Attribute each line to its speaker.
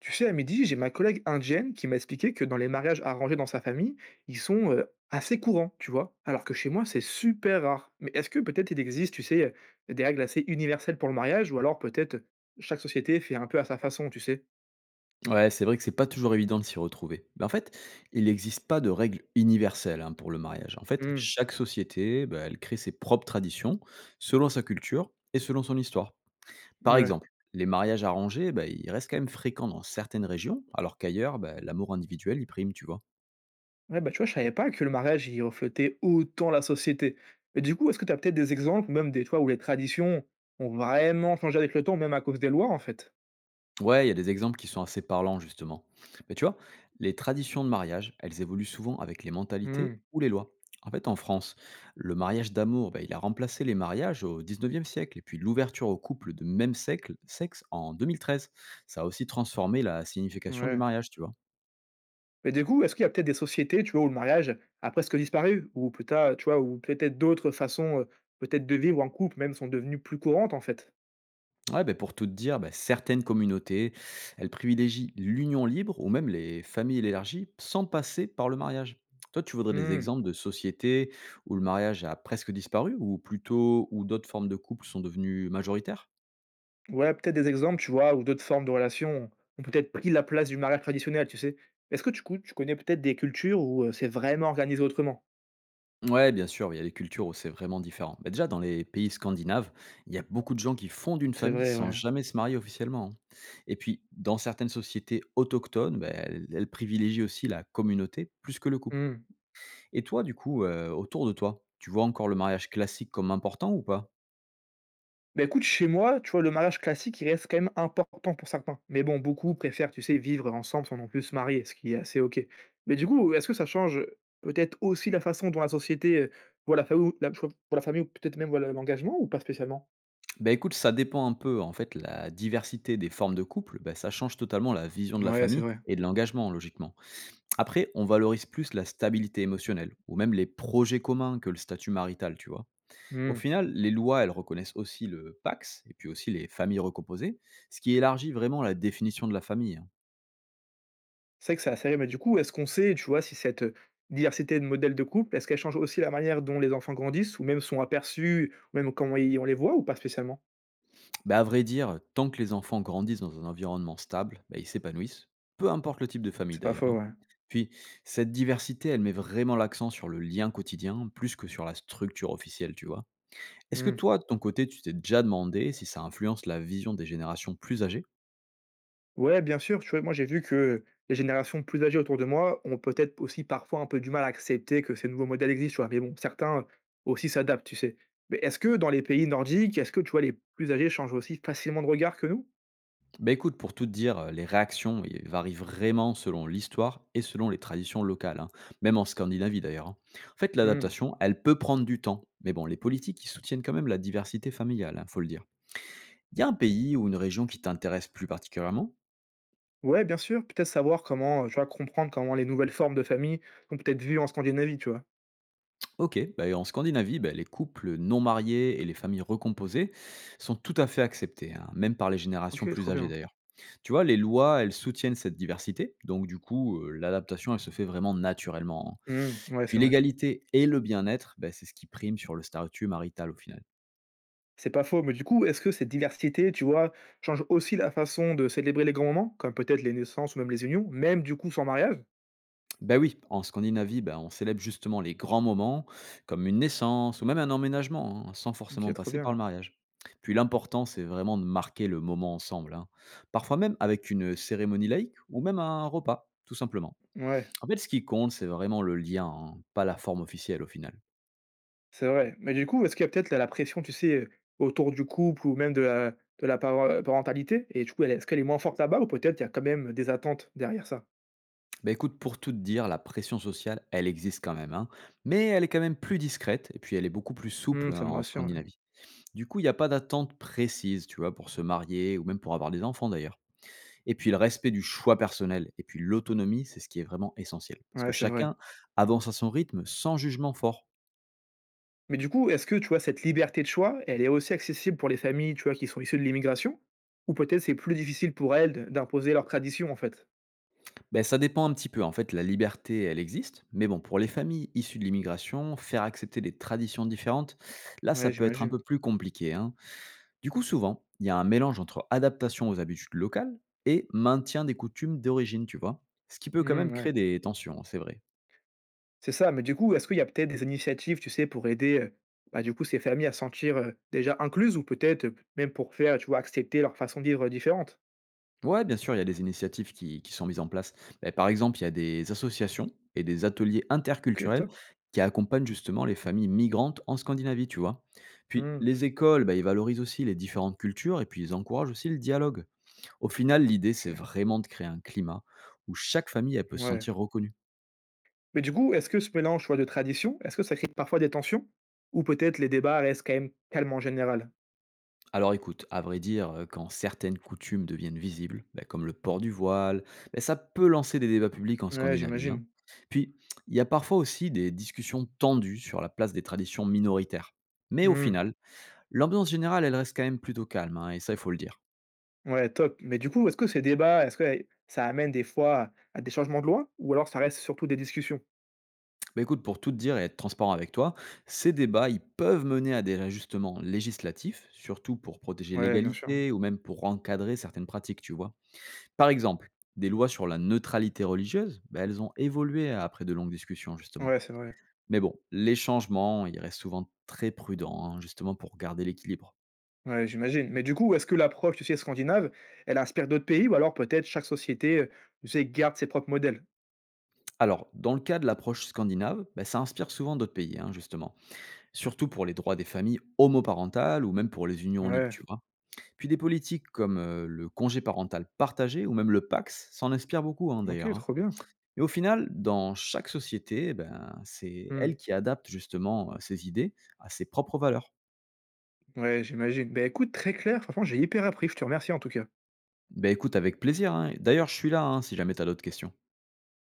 Speaker 1: Tu sais, à midi, j'ai ma collègue indienne qui m'a expliqué que dans les mariages arrangés dans sa famille, ils sont assez courants, tu vois. Alors que chez moi, c'est super rare. Mais est-ce que peut-être il existe, tu sais, des règles assez universelles pour le mariage, ou alors peut-être chaque société fait un peu à sa façon, tu sais.
Speaker 2: Ouais, c'est vrai que c'est pas toujours évident de s'y retrouver. Mais en fait, il n'existe pas de règle universelle hein, pour le mariage. En fait,
Speaker 1: Hmm,
Speaker 2: chaque société, bah, elle crée ses propres traditions selon sa culture et selon son histoire. Par
Speaker 1: ouais.
Speaker 2: exemple, les mariages arrangés, bah, ils restent quand même fréquents dans certaines régions, alors qu'ailleurs, bah, l'amour individuel, il prime, tu vois.
Speaker 1: Ouais, bah tu vois, je savais pas que le mariage y reflétait autant la société. Mais du coup, est-ce que tu as peut-être des exemples, ou même des fois où les traditions ont vraiment changé avec le temps, même à cause des lois, en fait.
Speaker 2: Ouais, il y a des exemples qui sont assez parlants, justement. Mais tu vois, les traditions de mariage, elles évoluent souvent avec les mentalités
Speaker 1: Hmm,
Speaker 2: ou les lois. En fait, en France, le mariage d'amour, ben, il a remplacé les mariages au 19e siècle, et puis l'ouverture aux couples de même sexe en 2013. Ça a aussi transformé la signification du
Speaker 1: ouais.
Speaker 2: mariage, tu vois.
Speaker 1: Mais du coup, est-ce qu'il y a peut-être des sociétés, tu vois, où le mariage a presque disparu? Ou plus tard, tu vois, ou peut-être d'autres façons, peut-être de vivre en couple même sont devenues plus courantes en fait?
Speaker 2: Ouais, ben, pour tout te dire, ben, certaines communautés, elles privilégient l'union libre ou même les familles élargies sans passer par le mariage. Toi, tu voudrais des
Speaker 1: Mmh,
Speaker 2: exemples de sociétés où le mariage a presque disparu ou plutôt où d'autres formes de couples sont devenues majoritaires.
Speaker 1: ouais, peut-être des exemples, tu vois, où d'autres formes de relations ont peut-être pris la place du mariage traditionnel, tu sais? Est-ce que du coup, tu connais peut-être des cultures où, c'est vraiment organisé autrement?
Speaker 2: Ouais, bien sûr, il y a des cultures où c'est vraiment différent. Ben, déjà, dans les pays scandinaves, il y a beaucoup de gens qui fondent une
Speaker 1: C'est
Speaker 2: famille
Speaker 1: vrai,
Speaker 2: sans
Speaker 1: ouais.
Speaker 2: jamais se marier officiellement, hein. Et puis, dans certaines sociétés autochtones, ben, elles privilégient aussi la communauté plus que le couple.
Speaker 1: Mmh.
Speaker 2: Et toi, du coup, autour de toi, tu vois encore le mariage classique comme important ou pas?
Speaker 1: Bah, écoute, chez moi, tu vois, le mariage classique, il reste quand même important pour certains. Mais bon, beaucoup préfèrent, tu sais, vivre ensemble sans non plus se marier, ce qui est assez OK. Mais du coup, est-ce que ça change, peut-être aussi la façon dont la société, voit la famille la cho voit la famille ou peut-être même voit le l'engagement ou pas spécialement?
Speaker 2: Mmh. Bah, écoute, ça dépend un peu. En fait, la diversité des formes de couple, bah, ça change totalement la vision de la
Speaker 1: Ouais, c'est
Speaker 2: famille
Speaker 1: vrai.
Speaker 2: et de l'engagement, logiquement. Après, on valorise plus la stabilité émotionnelle ou même les projets communs que le statut marital, tu vois? Au
Speaker 1: Mmh.
Speaker 2: final, les lois, elles reconnaissent aussi le PACS et puis aussi les familles recomposées, ce qui élargit vraiment la définition de la famille, hein.
Speaker 1: C'est vrai que c'est assez vrai, mais du coup, est-ce qu'on sait, tu vois, si cette, diversité de modèles de couple, est-ce qu'elle change aussi la manière dont les enfants grandissent ou même sont aperçus, ou même comment ils on les voit ou pas spécialement?
Speaker 2: Bah, à vrai dire, tant que les enfants grandissent dans un environnement stable, bah, ils s'épanouissent, peu importe le type de famille
Speaker 1: C'est pas
Speaker 2: d'ailleurs,
Speaker 1: faux,
Speaker 2: hein.
Speaker 1: ouais.
Speaker 2: Puis, cette diversité, elle met vraiment l'accent sur le lien quotidien, plus que sur la structure officielle, tu vois. Est-ce que
Speaker 1: Mmh.
Speaker 2: toi, de ton côté, tu t'es déjà demandé si ça influence la vision des générations plus âgées?
Speaker 1: Ouais, bien sûr, tu vois, moi j'ai vu que les générations plus âgées autour de moi ont peut-être aussi parfois un peu du mal à accepter que ces nouveaux modèles existent, tu vois. Mais bon, certains aussi s'adaptent, tu sais. Mais est-ce que dans les pays nordiques, est-ce que tu vois, les plus âgés changent aussi facilement de regard que nous?
Speaker 2: Bah écoute, pour tout te dire, les réactions varient vraiment selon l'histoire et selon les traditions locales, hein, même en Scandinavie d'ailleurs, hein. En fait,
Speaker 1: Hmm.
Speaker 2: l'adaptation, elle peut prendre du temps, mais bon, les politiques, ils soutiennent quand même la diversité familiale, hein, faut le dire. Il y a un pays ou une région qui t'intéresse plus particulièrement?
Speaker 1: Ouais, bien sûr, peut-être savoir comment, tu vois, comprendre comment les nouvelles formes de famille sont peut-être vues en Scandinavie, tu vois.
Speaker 2: OK, bah, en Scandinavie, bah, les couples non mariés et les familles recomposées sont tout à fait acceptés, hein, même par les
Speaker 1: Ok,
Speaker 2: générations
Speaker 1: trop
Speaker 2: plus âgées
Speaker 1: bien.
Speaker 2: d'ailleurs. Tu vois, les lois, elles soutiennent cette diversité, donc du coup, l'adaptation, elle se fait vraiment naturellement, hein.
Speaker 1: Hmm, ouais,
Speaker 2: Puis
Speaker 1: c'est vrai.
Speaker 2: l'égalité et le bien-être, bah, c'est ce qui prime sur le statut marital au final.
Speaker 1: C'est pas faux, mais du coup, est-ce que cette diversité, tu vois, change aussi la façon de célébrer les grands moments, comme peut-être les naissances ou même les unions, même du coup sans mariage?
Speaker 2: Ben oui, en Scandinavie, ben, on célèbre justement les grands moments, comme une naissance ou même un emménagement, hein, sans
Speaker 1: OK,
Speaker 2: forcément
Speaker 1: trop
Speaker 2: passer par le
Speaker 1: bien.
Speaker 2: mariage. Puis l'important, c'est vraiment de marquer le moment ensemble, hein, parfois même avec une cérémonie laïque ou même un repas, tout simplement.
Speaker 1: Ouais,
Speaker 2: En fait, ce qui compte, c'est vraiment le lien, hein, pas la forme officielle au final.
Speaker 1: c'est vrai. Mais du coup, est-ce qu'il y a peut-être la pression, tu sais, autour du couple ou même de la parentalité? Et du coup, elle est ce qu'elle est moins forte là-bas ou peut-être il y a quand même des attentes derrière ça?
Speaker 2: Ben écoute, pour tout te dire, la pression sociale, elle existe quand même, hein, mais elle est quand même plus discrète et puis elle est beaucoup plus
Speaker 1: Mmh,
Speaker 2: souple
Speaker 1: ça
Speaker 2: hein,
Speaker 1: me
Speaker 2: en
Speaker 1: rassure, ouais.
Speaker 2: Scandinavie. Du coup, il n'y a pas d'attente précise, tu vois, pour se marier ou même pour avoir des enfants d'ailleurs. Et puis le respect du choix personnel et puis l'autonomie, c'est ce qui est vraiment essentiel. Parce
Speaker 1: Ouais,
Speaker 2: que
Speaker 1: c'est vrai.
Speaker 2: chacun avance à son rythme sans jugement fort.
Speaker 1: Mais du coup, est-ce que, tu vois, cette liberté de choix, elle est aussi accessible pour les familles, tu vois, qui sont issues de l'immigration? Ou peut-être c'est plus difficile pour elles de d'imposer leurs traditions, en fait?
Speaker 2: Ben ça dépend un petit peu. En fait, la liberté, elle existe. Mais bon, pour les familles issues de l'immigration, faire accepter des traditions différentes, là, ça
Speaker 1: Ouais,
Speaker 2: peut être un
Speaker 1: j'imagine.
Speaker 2: peu plus compliqué, hein. Du coup, souvent, il y a un mélange entre adaptation aux habitudes locales et maintien des coutumes d'origine, tu vois. Ce qui peut quand même
Speaker 1: Mmh, ouais.
Speaker 2: créer des tensions, hein, c'est vrai.
Speaker 1: C'est ça, mais du coup, est-ce qu'il y a peut-être des initiatives, tu sais, pour aider, bah, du coup, ces familles à se sentir, déjà incluses ou peut-être, même pour faire, tu vois, accepter leur façon de vivre, différente?
Speaker 2: Ouais, bien sûr, il y a des initiatives qui sont mises en place. Ben, par exemple, il y a des associations et des ateliers
Speaker 1: OK,
Speaker 2: interculturels
Speaker 1: top.
Speaker 2: qui accompagnent justement les familles migrantes en Scandinavie, tu vois. Puis
Speaker 1: Mmh,
Speaker 2: les écoles, ben, ils valorisent aussi les différentes cultures et puis ils encouragent aussi le dialogue. Au final, l'idée, c'est
Speaker 1: OK,
Speaker 2: vraiment de créer un climat où chaque famille, elle peut se
Speaker 1: ouais.
Speaker 2: sentir reconnue.
Speaker 1: Mais du coup, est-ce que ce mélange, tu vois, de traditions, est-ce que ça crée parfois des tensions? Ou peut-être les débats restent quand même calmes en général?
Speaker 2: Alors écoute, à vrai dire, quand certaines coutumes deviennent visibles, bah, comme le port du voile, bah, ça peut lancer des débats publics en
Speaker 1: Ouais,
Speaker 2: Scandinavie, hein.
Speaker 1: j'imagine.
Speaker 2: Puis, il y a parfois aussi des discussions tendues sur la place des traditions minoritaires. Mais au
Speaker 1: Mmh,
Speaker 2: final, l'ambiance générale, elle reste quand même plutôt calme, hein, et ça, il faut le dire.
Speaker 1: ouais, top. Mais du coup, est-ce que ces débats, est-ce que, ça amène des fois à des changements de loi? Ou alors ça reste surtout des discussions?
Speaker 2: Bah, écoute, pour tout te dire et être transparent avec toi, ces débats, ils peuvent mener à des ajustements législatifs, surtout pour protéger
Speaker 1: Ouais, bien sûr.
Speaker 2: l'égalité ou même pour encadrer certaines pratiques, tu vois? Par exemple, des lois sur la neutralité religieuse, ben elles ont évolué après de longues discussions, justement.
Speaker 1: Ouais, c'est vrai.
Speaker 2: Mais bon, les changements, ils restent souvent très prudents, hein, justement pour garder l'équilibre.
Speaker 1: Ouais, j'imagine. Mais du coup, est-ce que l'approche, tu sais, scandinave, elle inspire d'autres pays ou alors peut-être chaque société, tu sais, garde ses propres modèles?
Speaker 2: Alors, dans le cas de l'approche scandinave, ben ça inspire souvent d'autres pays, hein, justement. Surtout pour les droits des familles homoparentales ou même pour les unions libres,
Speaker 1: Ouais,
Speaker 2: tu vois. Puis des politiques comme le congé parental partagé ou même le PAX s'en inspirent beaucoup, hein,
Speaker 1: OK,
Speaker 2: d'ailleurs, hein.
Speaker 1: trop bien.
Speaker 2: Et au final, dans chaque société, ben, c'est
Speaker 1: Mmh.
Speaker 2: elle qui adapte justement ses idées à ses propres valeurs.
Speaker 1: Ouais, j'imagine. Bah, écoute, très clair, franchement, j'ai hyper appris, je te remercie en tout cas.
Speaker 2: Beh, écoute avec plaisir, hein. D'ailleurs, je suis là, hein, si jamais t'as d'autres questions.